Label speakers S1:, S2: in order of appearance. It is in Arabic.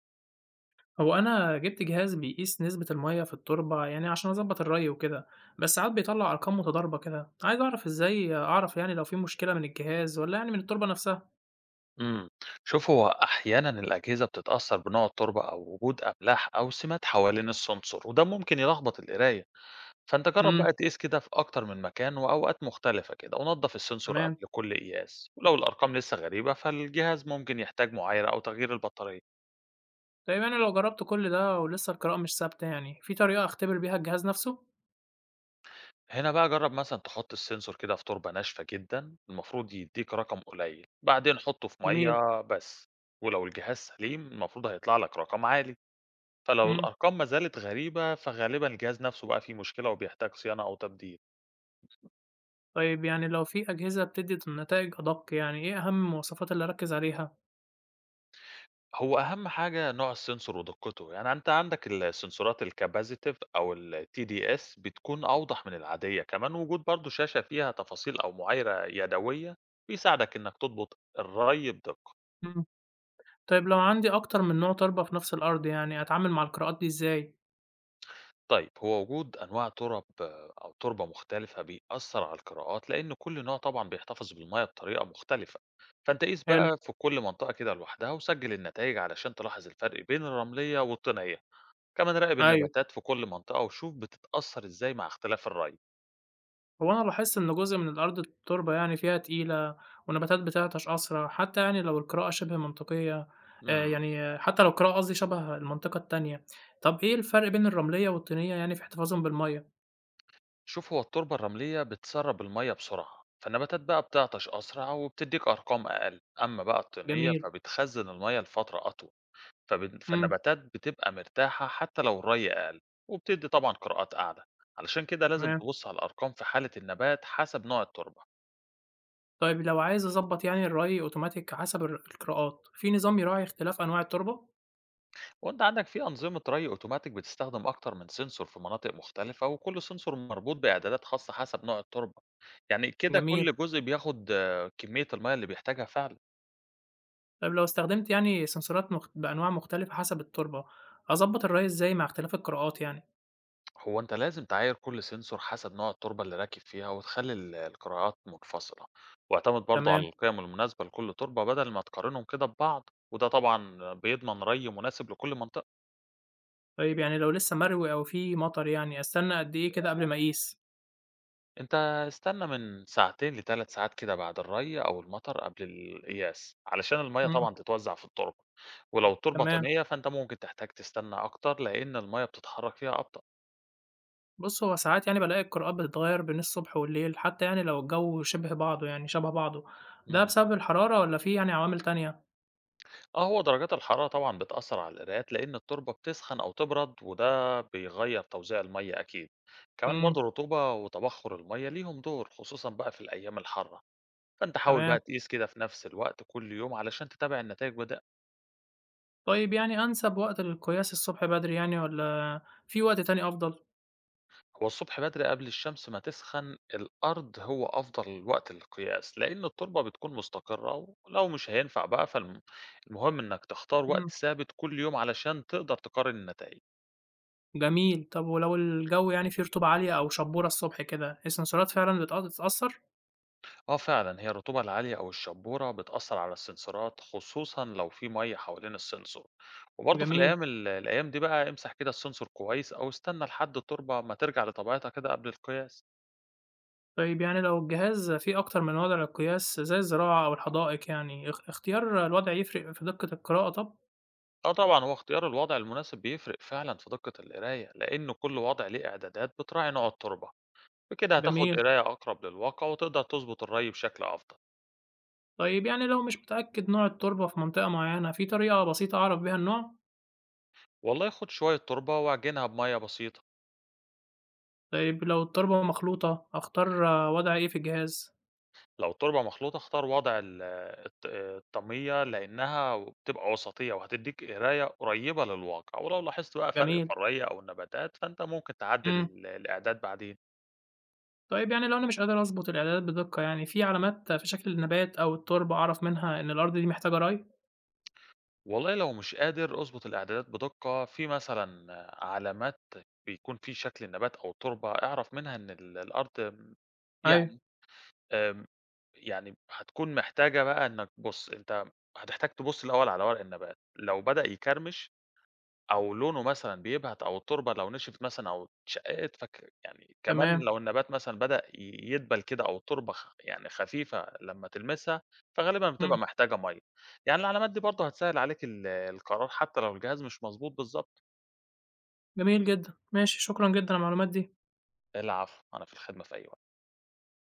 S1: هو أنا جِبت جهاز بيقيس نسبة المَيّة في التربة يعني عشان أضبّط الري وكده، بس ساعات بيطلّع أرقام متضاربة كده، عايز أعرف إزاي أعرف يعني لو في مشكلة من الجهاز والّا يعني من التربة نفسها؟
S2: امم، شوف هو أحيانا الأجهزة بتتأثر بنوع التربة أو وجود أملاح أو سمات حوالين السنسور وده ممكن يلخبط القراية. فأنت جرب
S1: إمم،
S2: بقى تقيس كده في أكتر من مكان وأوقات مختلفة كده ونظف السنسور
S1: تمام.
S2: قبل كل قياس، ولو الأرقام لسه غريبة فالجهاز ممكن يحتاج معايرة أو تغيير البطارية.
S1: طيب يعني لو جرّبت كل ده ولسه القراءة مش ثابتة يعني، في طريقة أختبر بيها الجهاز نفسه؟
S2: هنا بقى جرب مثلا تحط السنسور كده في تربة ناشفة جدا، المفروض يديك رقم قليل، بعدين حطه في
S1: جميل،
S2: مية بس، ولو الجهاز سليم المفروض هيطلع لك رقم عالي. فلو
S1: إمم.
S2: الأرقام ما زالت غريبة فغالبا الجهاز نفسه بقى فيه مشكلة وبيحتاج صيانة أو تبديل.
S1: طيب يعني لو في أجهزة بتدّي نتايج أدق يعني، إيه أهم المواصفات اللي أركّز عليها؟
S2: هو أهم حاجة نوع السنسور ودقته، يعني أنت عندك السنسورات الكابازيتيف أو ال TDS بتكون أوضح من العادية، كمان وجود برضو شاشة فيها تفاصيل أو معايرة يدوية بيساعدك إنك تضبط الري بدقة.
S1: إمم. طيب لو عندي أكتر من نوع تربة في نفس الأرض يعني، أتعامل مع القراءات دي إزاي؟
S2: طيب هو وجود أنواع تُرَب أو تُربة مختلفة بيأثّر على القراءات، لإن كل نوع طبعًا بيحتفظ بالمَيّة بطريقة مختلفة، فأنت قيس
S1: حلو،
S2: بقى في كل منطقة كده لوحدها وسجّل النتايج علشان تلاحظ الفرق بين الرملية والطينية، كمان راقب
S1: أيوه.
S2: النباتات في كل منطقة وشوف بتتأثّر إزاي مع اختلاف الري.
S1: هو أنا لاحظت إن جزء من الأرض التربة يعني فيها تقيلة والنباتات بتعطش أسرع حتى يعني لو القراءة شبه منطقية. آه،
S2: امم.
S1: يعني حتى لو القراءة قصدي شبه المنطقة التانية. طب إيه الفرق بين الرملية والطينية يعني في احتفاظهم بالمية؟
S2: شوف هو التربة الرملية بتسرّب المَيّة بسرعة، فالنباتات بقى بتعطش أسرع وبتدّيك أرقام أقل، أما بقى الطينية
S1: جميل،
S2: فبتخزّن المَيّة لفترة أطول.
S1: امم،
S2: فالنباتات بتبقى مرتاحة حتى لو الري أقل، وبتدّي طبعًا قراءات أعلى، علشان كده لازم
S1: تمام.
S2: تبُص على الأرقام في حالة النبات حسب نوع التربة.
S1: طيب لو عايز أظبط يعني الري أوتوماتيك حسب القراءات في نظام يراعي اختلاف أنواع التربة؟
S2: وأنت عندك في أنظمة ري أوتوماتيك بتستخدم أكتر من سنسور في مناطق مختلفة، وكل سنسور مربوط بإعدادات خاصة حسب نوع التربة، يعني كده
S1: جميل.
S2: كل جزء بياخد كمية المَيّة اللي بيحتاجها فعلًا.
S1: طيب لو استخدمت يعني سنسورات بأنواع مختلفة حسب التربة، أظبط الري إزاي مع اختلاف القراءات يعني؟
S2: هو أنت لازم تعاير كل سنسور حسب نوع التربة اللي راكب فيها وتخلي القراءات منفصلة، واعتمد برضو على
S1: تمام.
S2: القيم المناسبة لكل تربة بدل ما تقارنهم كده ببعض، وده طبعا بيضمن ري مناسب لكل منطقة.
S1: طيب يعني لو لسه مروي أو في مطر يعني أستنى قد إيه كده قبل ما أقيس؟
S2: أنت استنى من ساعتين لثلاث ساعات كده بعد الري أو المطر قبل القياس علشان المية
S1: إمم،
S2: طبعا تتوزع في التربة، ولو التربة
S1: تمام.
S2: طينية فأنت ممكن تحتاج تستنى أكتر لأن المية بتتحرك فيها أبطأ.
S1: بُص، هو ساعات يعني بالاقي القراءات بتتغيّر بين الصبح والليل حتى يعني لو الجو شبه بعضه يعني شبه بعضه، ده
S2: مم.
S1: بسبب الحرارة والّا في يعني عوامل تانية؟
S2: آه، هو درجات الحرارة طبعًا بتأثّر على القرايات، لإن التربة بتسخن أو تبرد، وده بيغيّر توزيع المَيّة أكيد. كمان
S1: إمم،
S2: برضه الرطوبة وتبخُّر المَيّة ليهم دور، خصوصًا بقى في الأيام الحارة. فأنت حاول
S1: تمام.
S2: بقى تقيس كده في نفس الوقت كل يوم علشان تتابع النتايج بدق.
S1: طيب يعني أنسب وقت للقياس الصبح بدري يعني والّا في وقت تاني أفضل؟
S2: هو الصبح بدري قبل الشمس ما تسخن الأرض هو أفضل وقت للقياس، لإن التربة بتكون مستقرة، ولو مش هينفع بقى المهم إنّك تختار وقت
S1: إمم،
S2: ثابت كل يوم علشان تقدر تقارن النتايج.
S1: جميل. طب ولو الجو يعني فيه رطوبة عالية أو شبورة الصبح كده، السنسورات فعلًا بتتأثر؟
S2: آه فعلا هي الرطوبة العالية أو الشبورة بتأثر على السنسورات، خصوصا لو في مية حوالين السنسور. وبرضه في
S1: جميل.
S2: الأيام دي بقى امسح كده السنسور كويس أو استنى لحد التربة ما ترجع لطبيعتها كده قبل القياس.
S1: طيب يعني لو الجهاز فيه أكتر من وضع للقياس زي الزراعة أو الحدائق يعني اختيار الوضع يفرق في دقة القراءة؟ طب.
S2: آه طبعا هو اختيار الوضع المناسب بيفرق فعلا في دقة القراية، لأن كل وضع ليه إعدادات بتراعي نوع التربة، بكده هتاخد
S1: جميل.
S2: قراية أقرب للواقع وتقدر تظبط الري بشكل أفضل.
S1: طيب يعني لو مش متأكد نوع التربة في منطقة معينة، في طريقة بسيطة أعرف بيها النوع؟
S2: والله خد شوية تربة واعجنها بمية بسيطة.
S1: طيب لو التربة مخلوطة أختار وضع إيه في الجهاز؟
S2: لو التوربة مخلوطة اختار وضع ال الط الطَميّة لإنها بتبقى وسطية وهتدّيك قراية قريّبة للواقع، ولو لاحظت بقى فرق
S1: جميل.
S2: في الري أو النباتات فأنت ممكن تعدِّل
S1: مم.
S2: الإعداد بعدين.
S1: طيب يعني لو أنا مش قادر أظبط الإعدادات بدقة يعني، في علامات في شكل النبات أو التربة أعرف منها إن الأرض دي محتاجة ري؟
S2: والله لو مش قادر أضبط الإعدادات بدقة، في مثلًا علامات بيكون في شكل النبات أو التربة اعرف منها إن الأرض
S1: أيوه.
S2: يعني آمم، يعني هتكون محتاجة بقى إنّك بُص، أنت هتحتاج تبُص الأول على ورق النبات، لو بدأ يكرمش أو لونه مثلًا بيبهت أو التربة لو نشفت مثلًا أو اتشققت، يعني كمان
S1: تمام.
S2: لو النبات مثلًا بدأ يدبل كده أو التربة يعني خفيفة لمّا تلمسها، فغالبًا بتبقى
S1: مم.
S2: محتاجة مَيّة. يعني العلامات دي برضه هتسهّل عليك القرار حتى لو الجهاز مش مضبوط بالضبط.
S1: جميل جدا، ماشي، شكرا جدا على المعلومات دي.
S2: العفو، أنا في الخدمة في أي وقت.